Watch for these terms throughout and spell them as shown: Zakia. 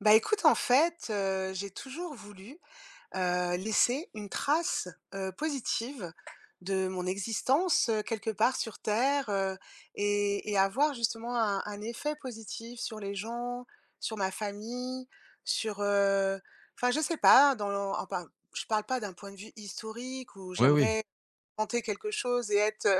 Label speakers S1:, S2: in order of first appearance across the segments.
S1: Bah, écoute, en fait, j'ai toujours voulu, laisser une trace, positive de mon existence, quelque part sur terre, et avoir justement un effet positif sur les gens, sur ma famille, sur, enfin, je sais pas, dans l'en enfin, je parle pas d'un point de vue historique où
S2: Oui, oui.
S1: j'aimerais tenter quelque chose et être,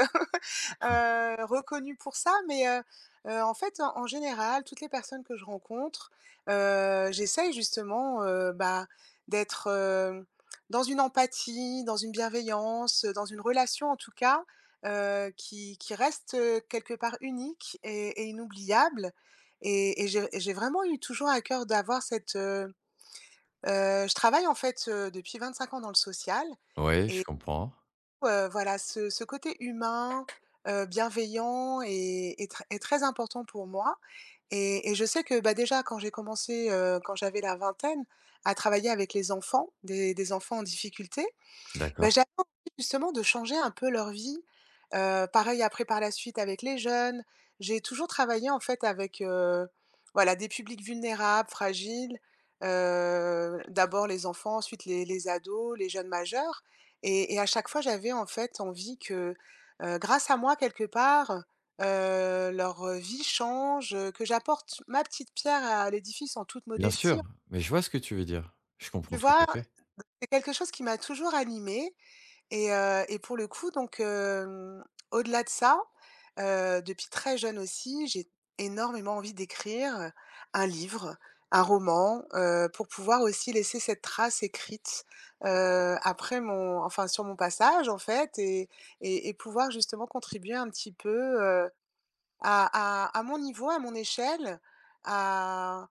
S1: heu, reconnue pour ça, mais en fait, en général, toutes les personnes que je rencontre, j'essaye justement, bah, d'être, dans une empathie, dans une bienveillance, dans une relation en tout cas, qui reste, quelque part unique et inoubliable et j'ai vraiment eu toujours à cœur d'avoir cette. Heu, je travaille en fait, depuis 5 ans dans le social.
S2: Oui, je
S1: Et
S2: comprends.
S1: Voilà, ce côté humain, bienveillant est très important pour moi et je sais que, bah, déjà quand j'ai commencé, quand j'avais la vingtaine à travailler avec les enfants, des enfants en difficulté, bah,
S2: D'accord.
S1: j'avais envie justement de changer un peu leur vie. Pareil après par la suite avec les jeunes. J'ai toujours travaillé en fait avec, voilà des publics vulnérables, fragiles, d'abord les enfants, ensuite les ados, les jeunes majeurs et à chaque fois j'avais en fait envie que, grâce à moi quelque part, leur vie change, que j'apporte ma petite pierre à l'édifice en toute
S2: Bien
S1: modestie.
S2: sûr, mais je vois ce que tu veux dire. Je
S1: Tu
S2: comprends tout
S1: vois?
S2: à fait.
S1: C'est quelque chose qui m'a toujours animée et pour le coup donc, au-delà de ça, depuis très jeune aussi, j'ai énormément envie d'écrire un livre, un roman, pour pouvoir aussi laisser cette trace écrite, après mon enfin sur mon passage en fait et pouvoir justement contribuer un petit peu, à mon niveau, à mon échelle, à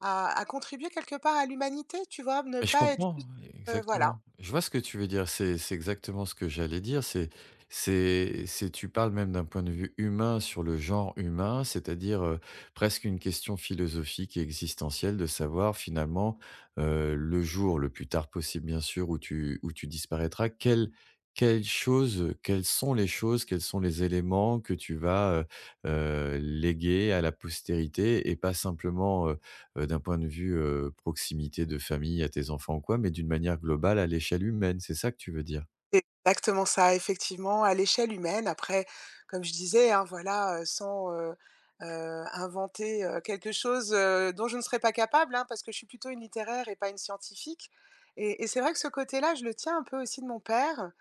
S1: à contribuer quelque part à l'humanité, tu vois? Ne
S2: Mais je
S1: pas être
S2: comprends,
S1: juste
S2: exactement.
S1: voilà.
S2: Je vois ce que tu veux dire. C'est exactement ce que j'allais dire. C'est tu parles même d'un point de vue humain sur le genre humain, c'est-à-dire, presque une question philosophique et existentielle de savoir finalement, le jour le plus tard possible bien sûr où tu disparaîtras, quelles choses, quelles sont les choses, quels sont les éléments que tu vas, léguer à la postérité et pas simplement, d'un point de vue, proximité de famille à tes enfants ou quoi, mais d'une manière globale à l'échelle humaine, c'est ça que tu veux dire?
S1: C'est exactement ça, effectivement, à l'échelle humaine. Après, comme je disais, hein, voilà, sans, inventer, quelque chose, dont je ne serais pas capable, hein, parce que je suis plutôt une littéraire et pas une scientifique et c'est vrai que ce côté-là, je le tiens un peu aussi de mon père,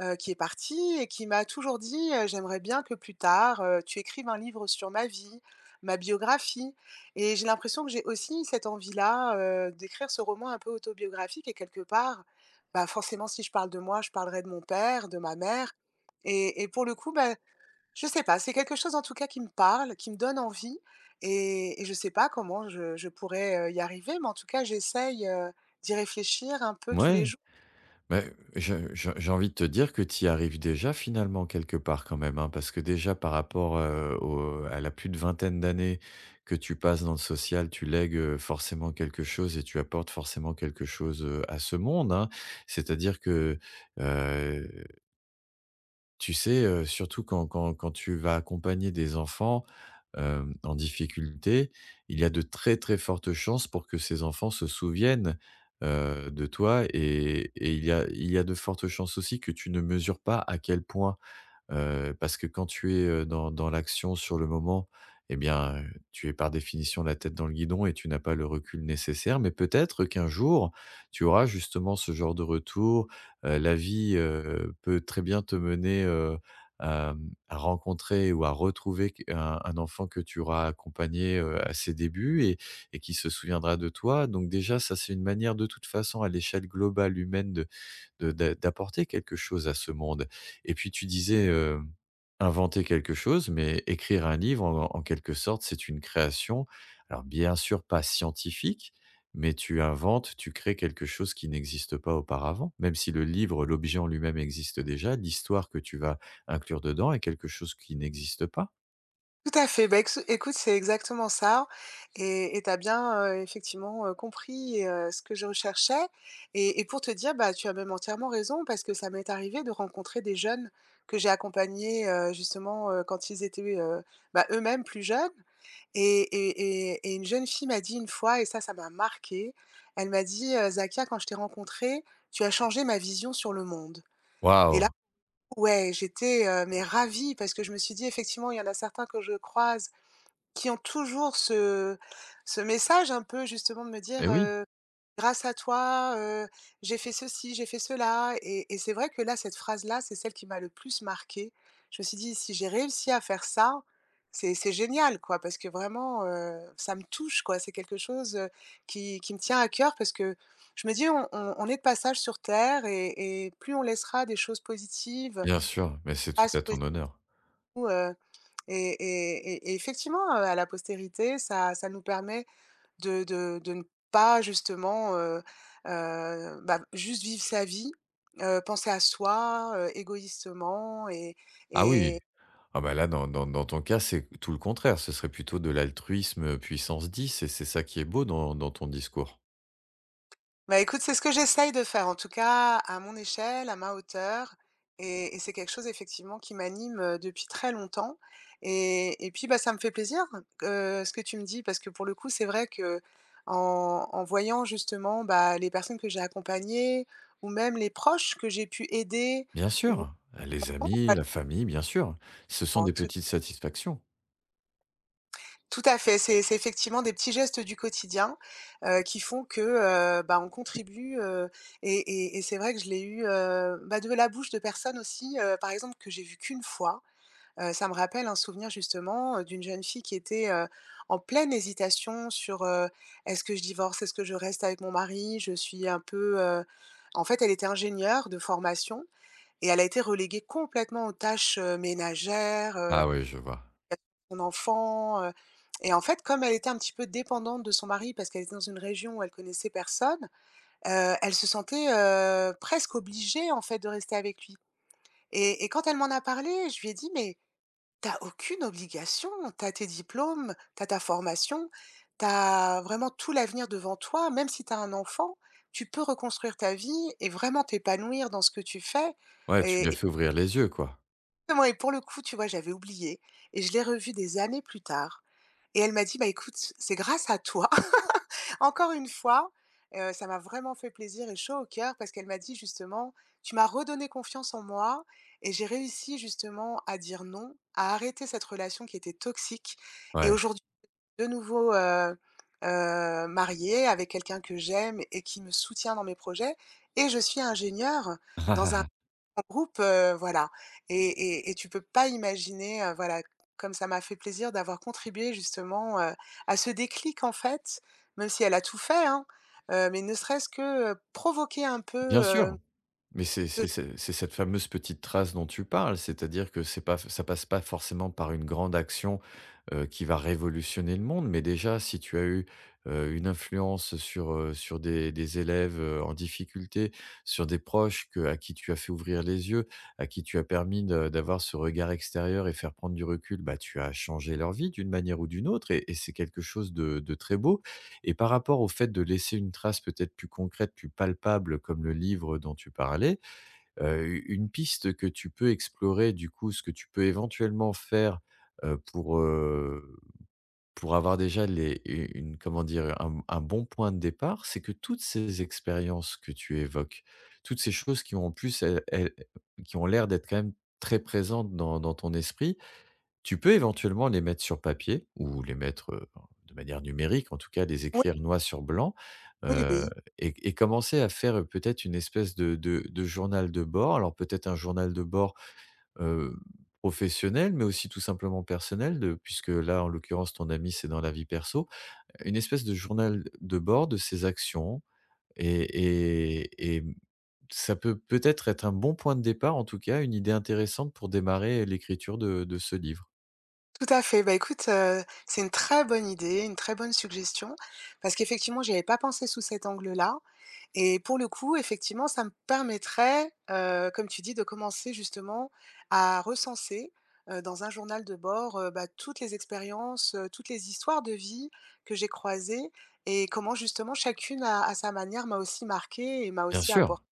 S1: qui est parti et qui m'a toujours dit, «J'aimerais bien que plus tard, tu écrives un livre sur ma vie, ma biographie» et j'ai l'impression que j'ai aussi cette envie-là, d'écrire ce roman un peu autobiographique et quelque part, bah, forcément, si je parle de moi, je parlerai de mon père, de ma mère et pour le coup, bah, je sais pas, c'est quelque chose en tout cas qui me parle, qui me donne envie et je sais pas comment je pourrais, y arriver, mais en tout cas, j'essaye, d'y réfléchir un peu tous les
S2: Ouais,
S1: jours.
S2: mais je j'ai envie de te dire que tu y arrives déjà finalement quelque part quand même, hein, parce que déjà par rapport, au à la plus de vingtaine d'années que tu passes dans le social, tu lègues, forcément quelque chose et tu apportes forcément quelque chose, à ce monde, hein. C'est-à-dire que, heu tu sais, surtout quand quand tu vas accompagner des enfants, en difficulté, il y a de très, très fortes chances pour que ces enfants se souviennent, de toi et il y a de fortes chances aussi que tu ne mesures pas à quel point. Parce que quand tu es, dans l'action sur le moment, eh bien, tu es par définition la tête dans le guidon et tu n'as pas le recul nécessaire. Mais peut-être qu'un jour, tu auras justement ce genre de retour. La vie, peut très bien te mener, à, mmh, à rencontrer ou à retrouver q un enfant que tu auras accompagné, à ses débuts et qui se souviendra de toi. Donc déjà, ça, c'est une manière de toute façon à l'échelle globale humaine de d'a d'apporter quelque chose à ce monde. Et puis tu disais, inventer quelque chose, mais écrire un livre en quelque sorte, c'est une création. Alors bien sûr pas scientifique, mais tu inventes, tu crées quelque chose qui n'existe pas auparavant. Même si le livre, l'objet en lui-même existe déjà, l'histoire que tu vas inclure dedans est quelque chose qui n'existe pas.
S1: Tout à fait. Bah, ex écoute, c'est exactement ça et tu as bien, effectivement, compris, ce que je recherchais et pour te dire, bah, tu as même entièrement raison parce que ça m'est arrivé de rencontrer des jeunes que j'ai accompagnés, justement, quand ils étaient, bah, eux-mêmes plus jeunes et une jeune fille m'a dit une fois et ça m'a marqué. Elle m'a dit: Zakia, quand je t'ai rencontrée, tu as changé ma vision sur le monde». Et là,
S2: Waouh!
S1: ouais, j'étais, mais ravie parce que je me suis dit: «Effectivement, il y en a certains que je croise qui ont toujours ce message un peu justement de me dire,
S2: Et oui,
S1: "Grâce à toi, j'ai fait ceci, j'ai fait cela"» et c'est vrai que là, cette phrase-là, c'est celle qui m'a le plus marquée. Je me suis dit: «Si j'ai réussi à faire ça, c'est génial quoi» parce que vraiment, ça me touche quoi. C'est quelque chose, qui me tient à cœur parce que je me dis: «On est de passage sur terre et plus on laissera des choses positives
S2: bien sûr, mais c'est
S1: à
S2: tout à ton honneur.
S1: ce et effectivement, à la postérité, ça nous permet de ne pas justement, bah, juste vivre sa vie, penser à soi, égoïstement». Et
S2: Ah oui! Ah bah là, dans dans ton cas, c'est tout le contraire. Ce serait plutôt de l'altruisme, puissance 10 et c'est ça qui est beau dans ton discours.
S1: bah, écoute, c'est ce que j'essaye de faire, en tout cas à mon échelle, à ma hauteur et c'est quelque chose effectivement qui m'anime, depuis très longtemps et puis, bah, ça me fait plaisir, ce que tu me dis parce que pour le coup, c'est vrai qu'en en voyant justement, bah, les personnes que j'ai accompagnées ou même les proches que j'ai pu aider
S2: Bien
S1: ou
S2: sûr, les amis, la famille, bien sûr. Ce sont
S1: en,
S2: des petites satisfactions.
S1: tout à fait, c'est effectivement des petits gestes du quotidien, qui font que, bah, on contribue, et c'est vrai que je l'ai eu, bah, de la bouche de personnes aussi, par exemple, que j'ai vu qu'une fois. Ça me rappelle un souvenir justement, d'une jeune fille qui était, en pleine hésitation sur, «Est-ce que je divorce? Est-ce que je reste avec mon mari?» Je suis un peu, en fait, elle était ingénieure de formation et elle a été reléguée complètement aux tâches, ménagères,
S2: Ah oui, je vois.
S1: son enfant, et en fait, comme elle était un petit peu dépendante de son mari parce qu'elle était dans une région où elle connaissait personne, elle se sentait, presque obligée, en fait, de rester avec lui et quand elle m'en a parlé, je lui ai dit: «Mais t'as aucune obligation, t'as tes diplômes, t'as ta formation, t'as vraiment tout l'avenir devant toi, même si t'as un enfant, tu peux reconstruire ta vie et vraiment t'épanouir dans ce que tu fais».
S2: Ouais, tu lui as
S1: et
S2: fait ouvrir les yeux, quoi.
S1: et moi, et pour le coup, tu vois, j'avais oublié et je l'ai revu des années plus tard. Et elle m'a dit: «Bah, écoute, c'est grâce à toi». Encore une fois, ça m'a vraiment fait plaisir et chaud au cœur parce qu'elle m'a dit justement: «Tu m'as redonné confiance en moi et j'ai réussi justement à dire non, à arrêter cette relation qui était toxique et
S2: Ouais.
S1: aujourd'hui de nouveau, mariée avec quelqu'un que j'aime et qui me soutient dans mes projets et je suis ingénieure dans un groupe, voilà». Et tu peux pas imaginer, voilà, comme ça m'a fait plaisir d'avoir contribué justement, à ce déclic en fait, même si elle a tout fait, hein, mais ne serait-ce que, provoquer un
S2: Bien
S1: peu,
S2: sûr. Mais c'est
S1: ce
S2: c'est c'est c'est cette fameuse petite trace dont tu parles, c'est-à-dire que c'est pas, ça passe pas forcément par une grande action, qui va révolutionner le monde, mais déjà si tu as eu, une influence sur, sur des élèves, en difficulté, sur des proches que à qui tu as fait ouvrir les yeux, à qui tu as permis de d'avoir ce regard extérieur et faire prendre du recul, bah, tu as changé leur vie d'une manière ou d'une autre et c'est quelque chose de très beau et par rapport au fait de laisser une trace peut-être plus concrète, plus palpable comme le livre dont tu parlais. Heu, une piste que tu peux explorer, du coup, ce que tu peux éventuellement faire, heu, pour, heu, pour avoir déjà les, une, comment dire? Un bon point de départ, c'est que toutes ces expériences que tu évoques, toutes ces choses qui ont en plus, elles qui ont l'air d'être quand même très présentes dans ton esprit, tu peux éventuellement les mettre sur papier ou les mettre, de manière numérique, en tout cas les
S1: oui,
S2: écrire noir sur blanc,
S1: oui,
S2: heu
S1: oui.
S2: et commencer à faire, peut-être une espèce de journal de bord. Alors peut-être un journal de bord, heu, professionnel, mais aussi tout simplement personnel, de puisque là, en l'occurrence, ton ami, c'est dans la vie perso. Une espèce de journal de bord de ses actions et et mmh, ça peut peut-être être un bon point de départ, en tout cas, une idée intéressante pour démarrer l'écriture de ce livre.
S1: Tout à fait. Bah, écoute, c'est une très bonne idée, une très bonne suggestion parce qu'effectivement, j'y avais pas pensé sous cet angle-là et pour le coup, effectivement, ça me permettrait, comme tu dis, de commencer justement à recenser, dans un journal de bord, bah, toutes les expériences, toutes les histoires de vie que j'ai croisées et comment justement chacune à sa manière m'a aussi marquée et m'a
S2: Bien
S1: aussi
S2: sûr.
S1: apporté.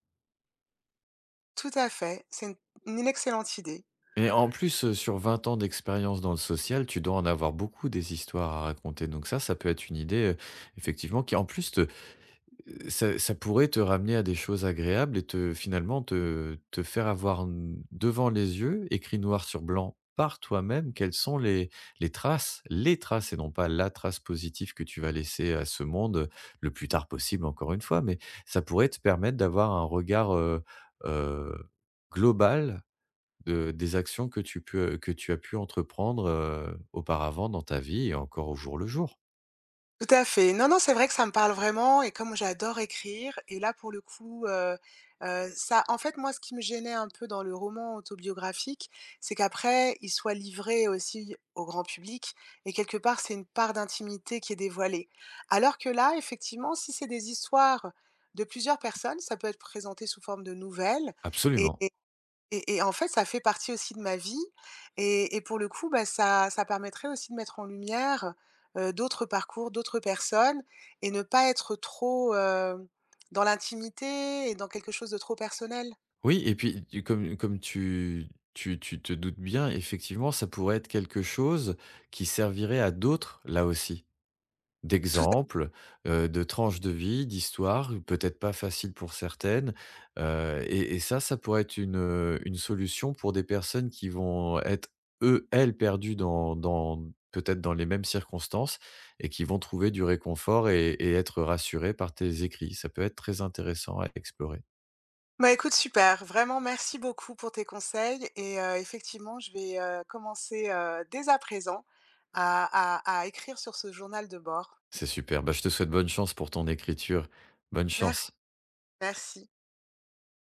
S1: Tout à fait, c'est une excellente idée.
S2: Et en plus, sur 20 ans d'expérience dans le social, tu dois en avoir beaucoup des histoires à raconter. Donc ça peut être une idée, effectivement, qui en plus te, ça ça pourrait te ramener à des choses agréables et te finalement te faire avoir n devant les yeux, écrit noir sur blanc par toi-même, quelles sont les, les traces et non pas la trace positive que tu vas laisser à ce monde, le plus tard possible encore une fois. Mais ça pourrait te permettre d'avoir un regard, heu, global de des actions que tu peux, que tu as pu entreprendre, auparavant dans ta vie et encore au jour le jour.
S1: Tout à fait. Non, non, c'est vrai que ça me parle vraiment et comme j'adore écrire et là, pour le coup, ça en fait, moi, ce qui me gênait un peu dans le roman autobiographique, c'est qu'après, il soit livré aussi au grand public et quelque part, c'est une part d'intimité qui est dévoilée. Alors que là, effectivement, si c'est des histoires de plusieurs personnes, ça peut être présenté sous forme de nouvelles et
S2: Absolument.
S1: et en fait, ça fait partie aussi de ma vie et pour le coup, bah, ça permettrait aussi de mettre en lumière, d'autres parcours, d'autres personnes et ne pas être trop, dans l'intimité et dans quelque chose de trop personnel.
S2: Oui et puis tu, comme comme tu tu te doutes bien, effectivement, ça pourrait être quelque chose qui servirait à d'autres, là aussi.
S1: Tout à
S2: D'exemples, de tranches de vie, d'histoires, peut-être pas faciles pour certaines, et ça pourrait être une solution pour des personnes qui vont être eux, elles, perdues dans peut-être dans les mêmes circonstances et qui vont trouver du réconfort et être rassurées par tes écrits. Ça peut être très intéressant à explorer.
S1: bah, écoute, super, vraiment merci beaucoup pour tes conseils et effectivement, je vais, commencer, dès à présent à écrire sur ce journal de bord.
S2: C'est super, bah, je te souhaite bonne chance pour ton écriture. Bonne
S1: Merci,
S2: chance.
S1: merci.